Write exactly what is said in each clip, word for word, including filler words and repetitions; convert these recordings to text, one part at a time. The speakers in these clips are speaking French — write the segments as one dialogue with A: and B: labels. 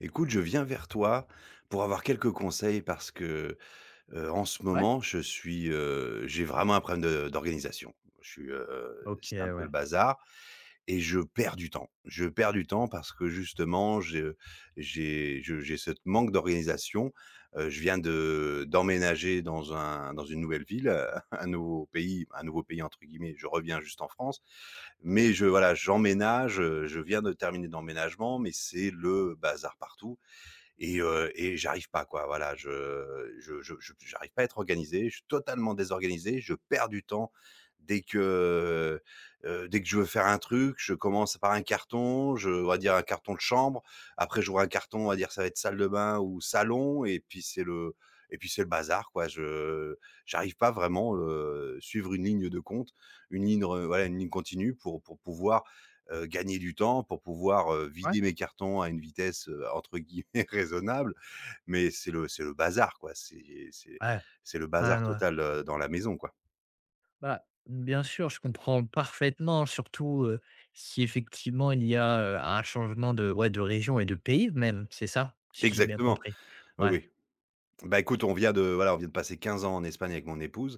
A: Écoute, je viens vers toi pour avoir quelques conseils parce que, heu, en ce
B: Ouais.
A: moment, je suis, heu, j'ai vraiment un problème de d'organisation. Je suis, heu,
B: OK,
A: c'est un peu le
B: ouais.
A: bazar et je perds du temps. Je perds du temps parce que justement, j'ai, j'ai je j'ai ce manque d'organisation. Heu, je viens de d'emménager dans un dans une nouvelle ville, heu, un nouveau pays, un «nouveau pays» entre guillemets, je reviens juste en France, mais je voilà, j'emménage, heu, je viens de terminer d'emménagement, mais c'est le bazar partout et heu et j'arrive pas quoi, voilà, je je je je j'arrive pas à être organisé, je suis totalement désorganisé, je perds du temps. Dès que, heu, dès que je veux faire un truc, je commence par un carton, je on va dire un carton de chambre, après j'ouvre un carton, on va dire ça va être salle de bain ou salon et puis c'est le et puis c'est le bazar quoi. Je j'arrive pas vraiment, heu, suivre une ligne de compte, une ligne re voilà, une ligne continue pour pour pouvoir, heu, gagner du temps pour pouvoir, heu,
B: Ouais.
A: vider mes cartons à une vitesse, heu, entre guillemets «raisonnable», mais c'est le c'est le bazar quoi, c'est c'est
B: Ouais,
A: c'est le
B: ouais,
A: bazar
B: ouais.
A: total, heu, dans la maison quoi.
B: Bah, bien sûr, je comprends parfaitement, surtout, heu, si effectivement il y a, heu, un changement de ouais, de région et de pays même, c'est ça? Si j'ai bien
A: Exactement,
B: compris?
A: oui,
B: Ouais,
A: oui. Bah, écoute, on vient de voilà, on vient de passer quinze ans en Espagne avec mon épouse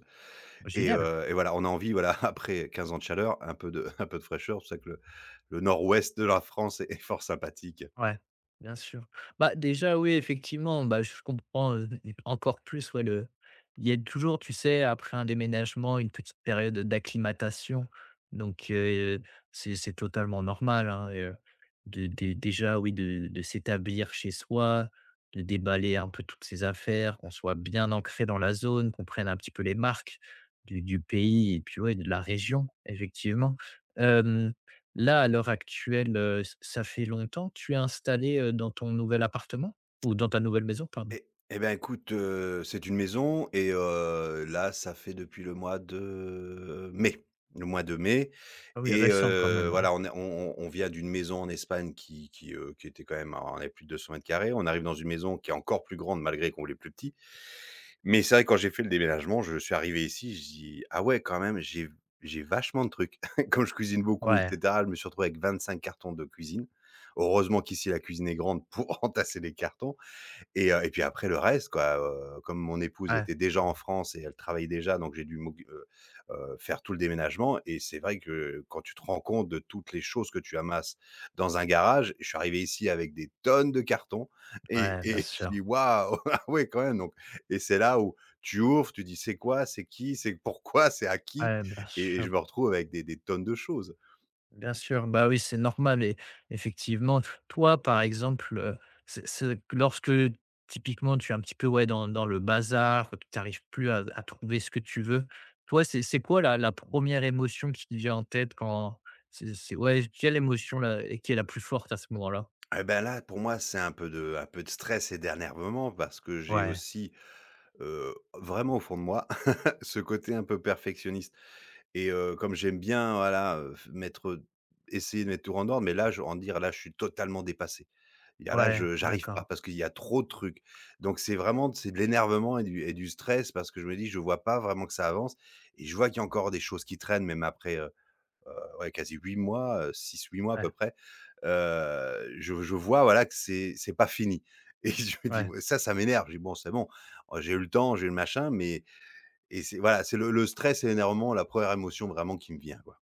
A: et
B: génial.
A: heu et voilà, on a envie, voilà, après quinze ans de chaleur, un peu de un peu de fraîcheur, c'est pour ça que le le nord-ouest de la France est est fort sympathique.
B: Ouais, bien sûr. Bah, déjà, oui, effectivement, bah, je comprends, heu, encore plus, ouais, le il y a toujours, tu sais, après un déménagement, une petite période d'acclimatation. Donc, heu, c'est c'est totalement normal, hein, et heu, de dé déjà, oui, de de s'établir chez soi, de déballer un peu toutes ses affaires, qu'on soit bien ancré dans la zone, qu'on prenne un petit peu les marques du du pays et puis, ouais, de la région, effectivement. Là, à l'heure actuelle, heu, ça fait longtemps que tu es installé, heu, dans ton nouvel appartement? Ou dans ta nouvelle maison, pardon?
A: Et eh ben, écoute, heu, c'est une maison et heu, là, ça fait depuis le mois de mai. Le mois de mai.
B: Ah oui,
A: Et
B: récent quand
A: heu,
B: même, là.
A: voilà, on est on on vient d'une maison en Espagne qui qui, heu, qui était quand même, on avait plus de deux cents mètres carrés. On arrive dans une maison qui est encore plus grande malgré qu'on voulait plus petit. Mais c'est vrai que quand j'ai fait le déménagement, je suis arrivé ici, je dis: «Ah ouais quand même j'ai j'ai vachement de trucs». Comme je cuisine beaucoup et
B: Ouais,
A: cetera, je me suis retrouvé avec vingt-cinq cartons de cuisine. Heureusement qu'ici la cuisine est grande pour entasser les cartons. Et heu et puis après le reste quoi, heu, comme mon épouse
B: ouais,
A: était déjà en France et elle travaillait déjà, donc j'ai dû m'occu heu heu, faire tout le déménagement et c'est vrai que quand tu te rends compte de toutes les choses que tu amasses dans un garage, je suis arrivé ici avec des tonnes de cartons et
B: ouais, bien
A: et je
B: sûr.
A: dis: «Waouh! Ah ouais quand même», donc et c'est là où tu ouvres, tu dis: «C'est quoi? C'est qui? C'est pourquoi? C'est à qui?»
B: Ouais, bien
A: et
B: sûr,
A: je me retrouve avec des des tonnes de choses.
B: bien sûr. Bah oui, c'est normal et effectivement, toi, par exemple, heu, c'est c'est que lorsque typiquement tu es un petit peu, ouais, dans dans le bazar, que tu n'arrives plus à à trouver ce que tu veux, toi, c'est c'est quoi la la première émotion qui te vient en tête quand c'est c'est ouais, quelle émotion là, qui est la plus forte à ce moment-là?
A: Eh ben là, pour moi, c'est un peu de un peu de stress et d'énervement parce que j'ai
B: Ouais.
A: aussi, heu, vraiment au fond de moi ce côté un peu perfectionniste et heu, comme j'aime bien, voilà, heu, f mettre, essayer de mettre tout en ordre, mais là, je en dire là, je suis totalement dépassé. Il y a Là,
B: Ouais,
A: je j'arrive pas
B: d'accord.
A: parce qu'il y a trop de trucs. Donc c'est vraiment, c'est de l'énervement et du et du stress parce que je me dis: «Je vois pas vraiment que ça avance», et je vois qu'il y a encore des choses qui traînent même après, heu heu, ouais, quasi huit mois, heu, six huit mois à peu
B: Ouais,
A: près. Heu, je je vois, voilà, que c'est c'est pas fini et je me dis:
B: ouais,
A: «Ouais, ça, ça m'énerve». Je dis: «Bon, c'est bon, j'ai eu le temps, j'ai eu le machin», mais et c'est voilà, c'est le le stress et l'énervement, la première émotion vraiment qui me vient, quoi.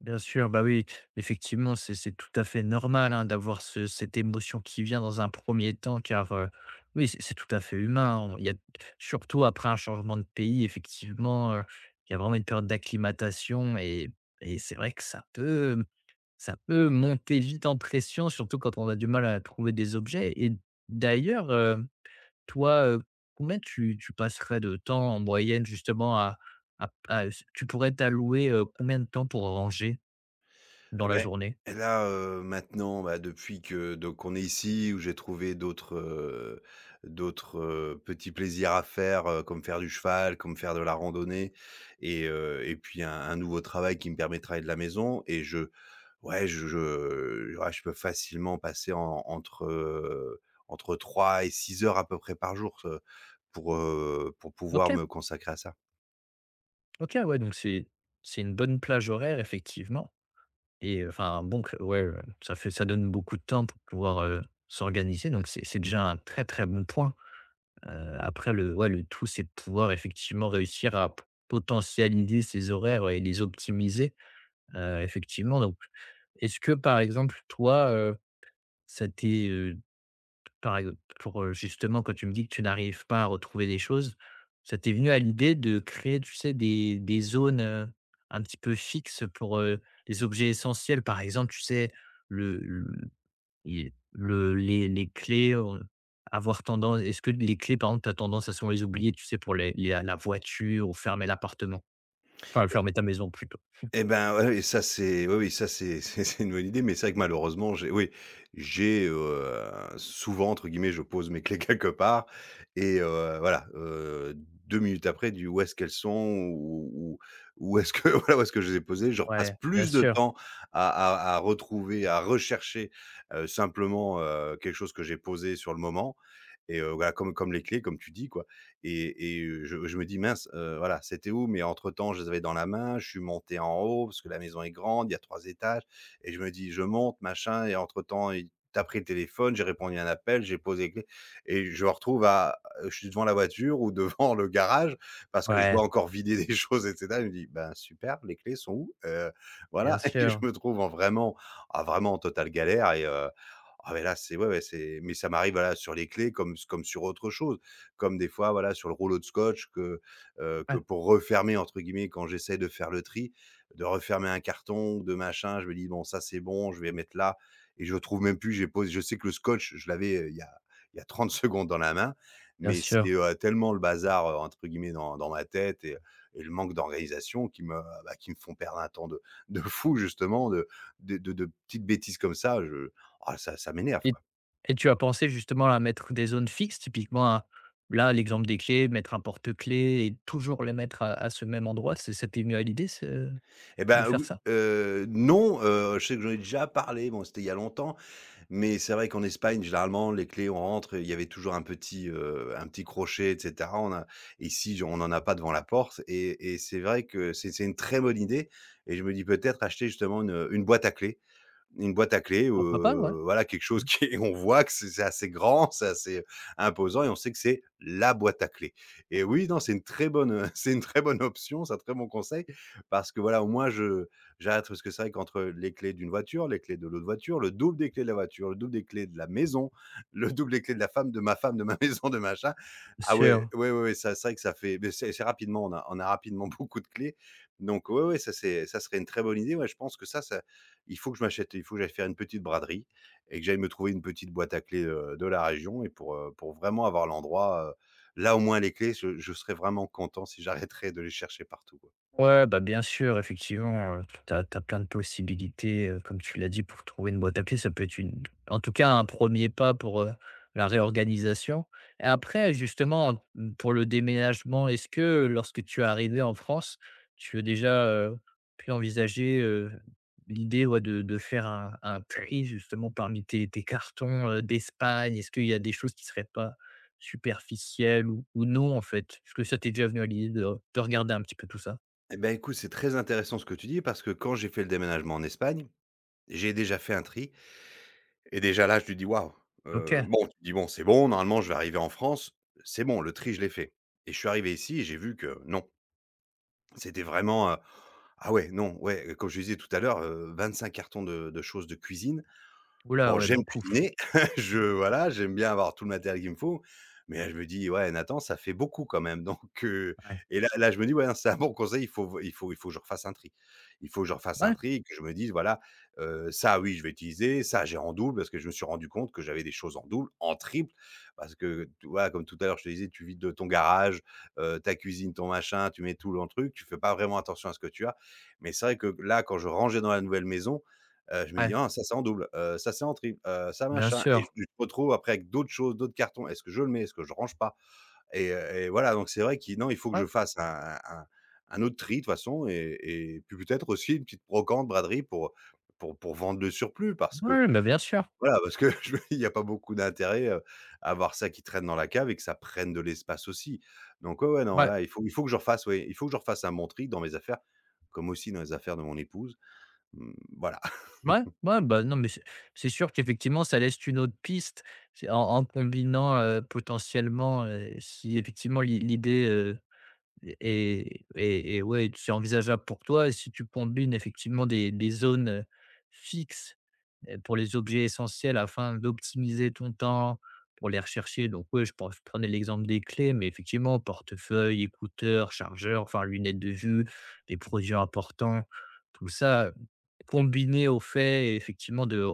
B: bien sûr. Bah oui, effectivement, c'est c'est tout à fait normal hein, d'avoir ce, cette émotion qui vient dans un premier temps, car euh, oui, c'est c'est tout à fait humain. On- Il y a, surtout après un changement de pays, effectivement, euh, il y a vraiment une période d'acclimatation et, et c'est vrai que ça peut, ça peut monter vite en pression, surtout quand on a du mal à trouver des objets. Et d'ailleurs, toi, heu, combien tu tu passerais de temps en moyenne justement à à à tu pourrais t'allouer, heu, combien de temps pour ranger dans
A: Et
B: la
A: beh,
B: journée?
A: et là, heu, maintenant, bah, depuis que donc on est ici où j'ai trouvé d'autres, heu, d'autres, heu, petits plaisirs à faire, heu, comme faire du cheval, comme faire de la randonnée, et heu et puis un un nouveau travail qui me permet de travailler de la maison et je ouais, je je ouais, je peux facilement passer en entre, heu, entre trois et six heures à peu près par jour, heu, pour, heu, pour
B: OK,
A: pouvoir me consacrer à ça.
B: OK, ouais, donc c'est c'est une bonne plage horaire effectivement et heu, enfin bon que ouais, heu, ça fait ça donne beaucoup de temps pour pouvoir, heu, s'organiser donc c'est c'est déjà un très, très bon point. Heu, après le ouais, le tout, c'est de pouvoir effectivement réussir à p potentialiser ses horaires et les optimiser, heu, effectivement donc est-ce que par exemple toi, ça t'est, heu, par exemple pour, heu, justement quand tu me dis que tu n'arrives pas à retrouver des choses, ça t'est venu à l'idée de créer, tu sais, des des zones, heu, un petit peu fixes pour, heu, les objets essentiels? Par exemple, tu sais, le le i le les les clés, heu, avoir tendance. Est-ce que les clés, par exemple, tu as tendance à souvent les oublier, tu sais, pour les la la voiture ou fermer l'appartement? Enfin, fermer ta maison plutôt.
A: Eh ben, ouais, oui, ça c'est oui, oui, ça c'est c'est c'est une bonne idée, mais c'est vrai que malheureusement, j'ai oui, j'ai, heu, souvent entre guillemets, je pose mes clés quelque part et heu, voilà, heu, deux minutes après du: «Où est-ce qu'elles sont? Ou où où est-ce que voilà, où est-ce que je les ai posées?» Je repasse
B: Ouais, bien
A: plus de
B: sûr.
A: temps à à à retrouver, à rechercher, heu, simplement, heu, quelque chose que j'ai posé sur le moment et heu, voilà, comme comme les clés, comme tu dis, quoi. Et et heu, je je me dis: «Mince, heu, voilà, c'était où?» Mais entre-temps, je les avais dans la main, je suis monté en haut parce que la maison est grande, il y a trois étages et je me dis: «Je monte, machin», et entre-temps, il tu pris le téléphone, j'ai répondu à un appel, j'ai posé les clés et je me retrouve à je suis devant la voiture ou devant le garage parce que je
B: Ouais,
A: dois encore vider des choses et cetera. Je me dit: «Ben, super, les clés sont où?» Heu,
B: bien
A: voilà. Et je
B: sûr.
A: me trouve en vraiment ah, vraiment en totale galère et heu ah mais là, c'est ouais, ouais, c'est mais ça m'arrive, voilà, sur les clés comme comme sur autre chose. Comme des fois, voilà, sur le rouleau de scotch que, heu, que
B: Ouais,
A: pour refermer, entre guillemets, quand j'essaie de faire le tri, de refermer un carton ou de machin, je me dis: «Bon, ça, c'est bon, je vais mettre là», et je trouve même plus, j'ai posé, je sais que le scotch, je l'avais, heu, il y a il y a trente secondes dans la main,
B: bien
A: mais c'est,
B: sûr.
A: heu, tellement le «bazar», heu, entre guillemets, dans dans ma tête et et le manque d'organisation qui me, bah, qui me font perdre un temps de de fou justement, de de de de petites bêtises comme ça, je ah ça ça m'énerve
B: Et
A: quoi.
B: et tu as pensé justement à mettre des zones fixes, typiquement à là, l'exemple des clés, mettre un porte-clés et toujours les mettre à à ce même endroit, c'est ça t'est venu à l'idée ce
A: Eh
B: de
A: ben
B: faire
A: oui,
B: ça?
A: heu, non, heu, je sais que j'en ai déjà parlé, bon, c'était il y a longtemps, mais c'est vrai qu'en Espagne, généralement, les clés, on rentre, il y avait toujours un petit, heu, un petit crochet et cetera. On a ici, on en a pas devant la porte et et c'est vrai que c'est c'est une très bonne idée et je me dis peut-être acheter justement une, une boîte à clés. Une boîte à clés,
B: Pourquoi pas, ouais.
A: heu, voilà quelque chose
B: Mmh.
A: qui est on voit que c'est c'est assez grand, c'est assez imposant et on sait que c'est la boîte à clés. Et oui, non, c'est une très bonne, heu, c'est une très bonne option, c'est un très bon conseil parce que voilà, au moins je j'arrête parce que c'est vrai qu'entre les clés d'une voiture, les clés de l'autre voiture, le double des clés de la voiture, le double des clés de la maison, le double des clés de la femme de ma femme, de ma maison, de machin.
B: Bien
A: Ah ouais,
B: sûr,
A: ouais, ouais, ouais, ça c'est vrai que ça fait beh, c'est c'est rapidement, on a on a rapidement beaucoup de clés, donc ouais, ouais, ça c'est ça serait une très bonne idée. Ouais, je pense que ça ça il faut que je m'achète il faut que j'aille faire une petite braderie et que j'aille me trouver une petite boîte à clés, heu, de la région et pour, heu, pour vraiment avoir l'endroit, heu, là, au moins les clés, je je serais vraiment content si j'arrêterais de les chercher partout, quoi.
B: ouais, bah, bien sûr, effectivement, heu, tu as plein de possibilités, heu, comme tu l'as dit, pour trouver une boîte à pied, ça peut être une en tout cas, un premier pas pour, heu, la réorganisation et après, justement, mmh, pour le déménagement, est-ce que lorsque tu es arrivé en France, tu as déjà, heu, pu envisager, heu, l'idée, ouais, de de faire un un tri justement parmi tes tes cartons, heu, d'Espagne? Est-ce qu'il y a des choses qui ne seraient pas superficielles ou ou non, en fait? Est-ce que ça t'est déjà venu à l'idée de de regarder un petit peu tout ça?
A: Et bah, écoute, c'est très intéressant ce que tu dis parce que quand j'ai fait le déménagement en Espagne, j'ai déjà fait un tri et déjà là, je lui dis: «Waouh!», heu,
B: OK.
A: bon, tu dis: «Bon, c'est bon, normalement, je vais arriver en France, c'est bon, le tri, je l'ai fait», et je suis arrivé ici et j'ai vu que non, c'était vraiment, heu, ah ouais, non, ouais, comme je disais tout à l'heure, heu, vingt-cinq cartons de de choses de cuisine.
B: Oula
A: Bon,
B: ouais,
A: j'aime
B: beaucoup.
A: cuisiner, je voilà, j'aime bien avoir tout le matériel qu'il me faut, mais là, je me dis: «Ouais, Nathan, ça fait beaucoup quand même», donc heu
B: Ouais.
A: et là là, je me dis: «Ouais, c'est un bon conseil, il faut il faut il faut que je refasse un tri». Il faut que je refasse un
B: Ouais,
A: tri et que je me dise: «Voilà, heu, ça, oui, je vais utiliser, ça, j'ai en double», parce que je me suis rendu compte que j'avais des choses en double, en triple, parce que tu vois, comme tout à l'heure, je te disais, tu vides, de ton garage, heu, ta cuisine, ton machin, tu mets tout dans le truc, tu fais pas vraiment attention à ce que tu as, mais c'est vrai que là, quand je rangeais dans la nouvelle maison, Heu, je me
B: ouais,
A: dis: «Ah, ça c'est en double, heu, ça c'est en triple, heu, ça
B: bien
A: machin», et je
B: sûr.
A: je me retrouve après avec d'autres choses, d'autres cartons. Est-ce que je le mets? Est-ce que je range pas? Et heu et voilà, donc c'est vrai qu'il non, il faut que je
B: Ouais,
A: fasse un un un autre tri de toute façon, et et puis peut-être aussi une petite brocante, braderie pour pour pour vendre le surplus, parce que
B: ouais, bah, bien sûr.
A: voilà, parce que je me dis: «Il n'y a pas beaucoup d'intérêt, heu, à avoir ça qui traîne dans la cave et que ça prenne de l'espace aussi». Donc ouais, ouais, non,
B: Ouais,
A: là, il faut il faut que je refasse, oui, il faut que je refasse un bon tri dans mes affaires, comme aussi dans les affaires de mon épouse, mmh, voilà.
B: ouais, ouais, bah, non, mais c'est c'est sûr qu'effectivement, ça laisse une autre piste. C'est en en combinant, heu, potentiellement, heu, si effectivement l'i l'idée, heu, est est est ouais, c'est envisageable pour toi et si tu combines effectivement des des zones, heu, fixes. Heu, pour les objets essentiels afin d'optimiser ton temps pour les rechercher. Donc oui, je pense je prenais l'exemple des clés, mais effectivement, portefeuille, écouteurs, chargeurs, enfin lunettes de vue, les produits importants, tout ça combiné au fait effectivement de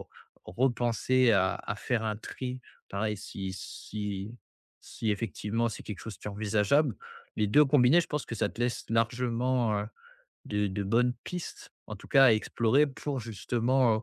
B: repenser à à faire un tri. Pareil, si si si effectivement c'est quelque chose qui est envisageable, les deux combinés, je pense que ça te laisse largement, euh, de de bonnes pistes, en tout cas à explorer pour justement, heu,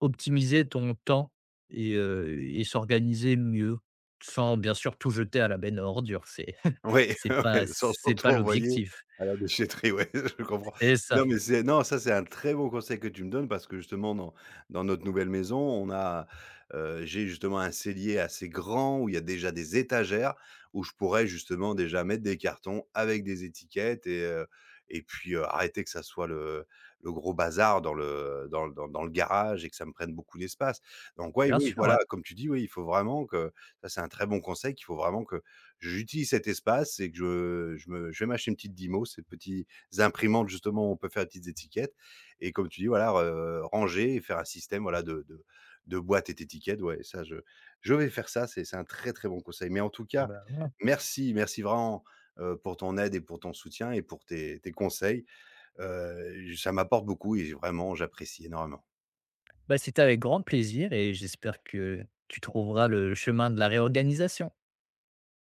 B: optimiser ton temps et heu et s'organiser mieux, sans bien sûr tout jeter à la benne à ordures. C'est
A: Oui,
B: c'est pas
A: ouais, sans sans
B: c'est
A: tout
B: pas
A: envoyer
B: l'objectif.
A: à la déchetterie, ouais, je comprends.
B: C'est ça.
A: Non, mais c'est non, ça, c'est un très bon conseil que tu me donnes parce que justement, dans dans notre nouvelle maison, on a, heu, j'ai justement un cellier assez grand où il y a déjà des étagères où je pourrais justement déjà mettre des cartons avec des étiquettes et heu et puis, heu, arrêter que ça soit le le gros bazar dans le dans le dans dans le garage et que ça me prenne beaucoup d'espace. Donc ouais,
B: Bien
A: oui,
B: sûr,
A: voilà,
B: ouais.
A: comme tu dis, oui, il faut vraiment que ça, c'est un très bon conseil qu'il faut vraiment que j'utilise cet espace et que je je me je vais m'acheter une petite Dymo, ces petites imprimantes justement où on peut faire des petites étiquettes et comme tu dis, voilà, re ranger et faire un système, voilà, de de de boîtes et d'étiquettes. Ouais, ça je je vais faire ça, c'est c'est un très, très bon conseil. Mais en tout cas,
B: Bah, voilà.
A: merci, merci vraiment, heu, pour ton aide et pour ton soutien et pour tes tes conseils. Heu, ça m'apporte beaucoup et vraiment j'apprécie énormément.
B: Bah, c'était avec grand plaisir et j'espère que tu trouveras le chemin de la réorganisation.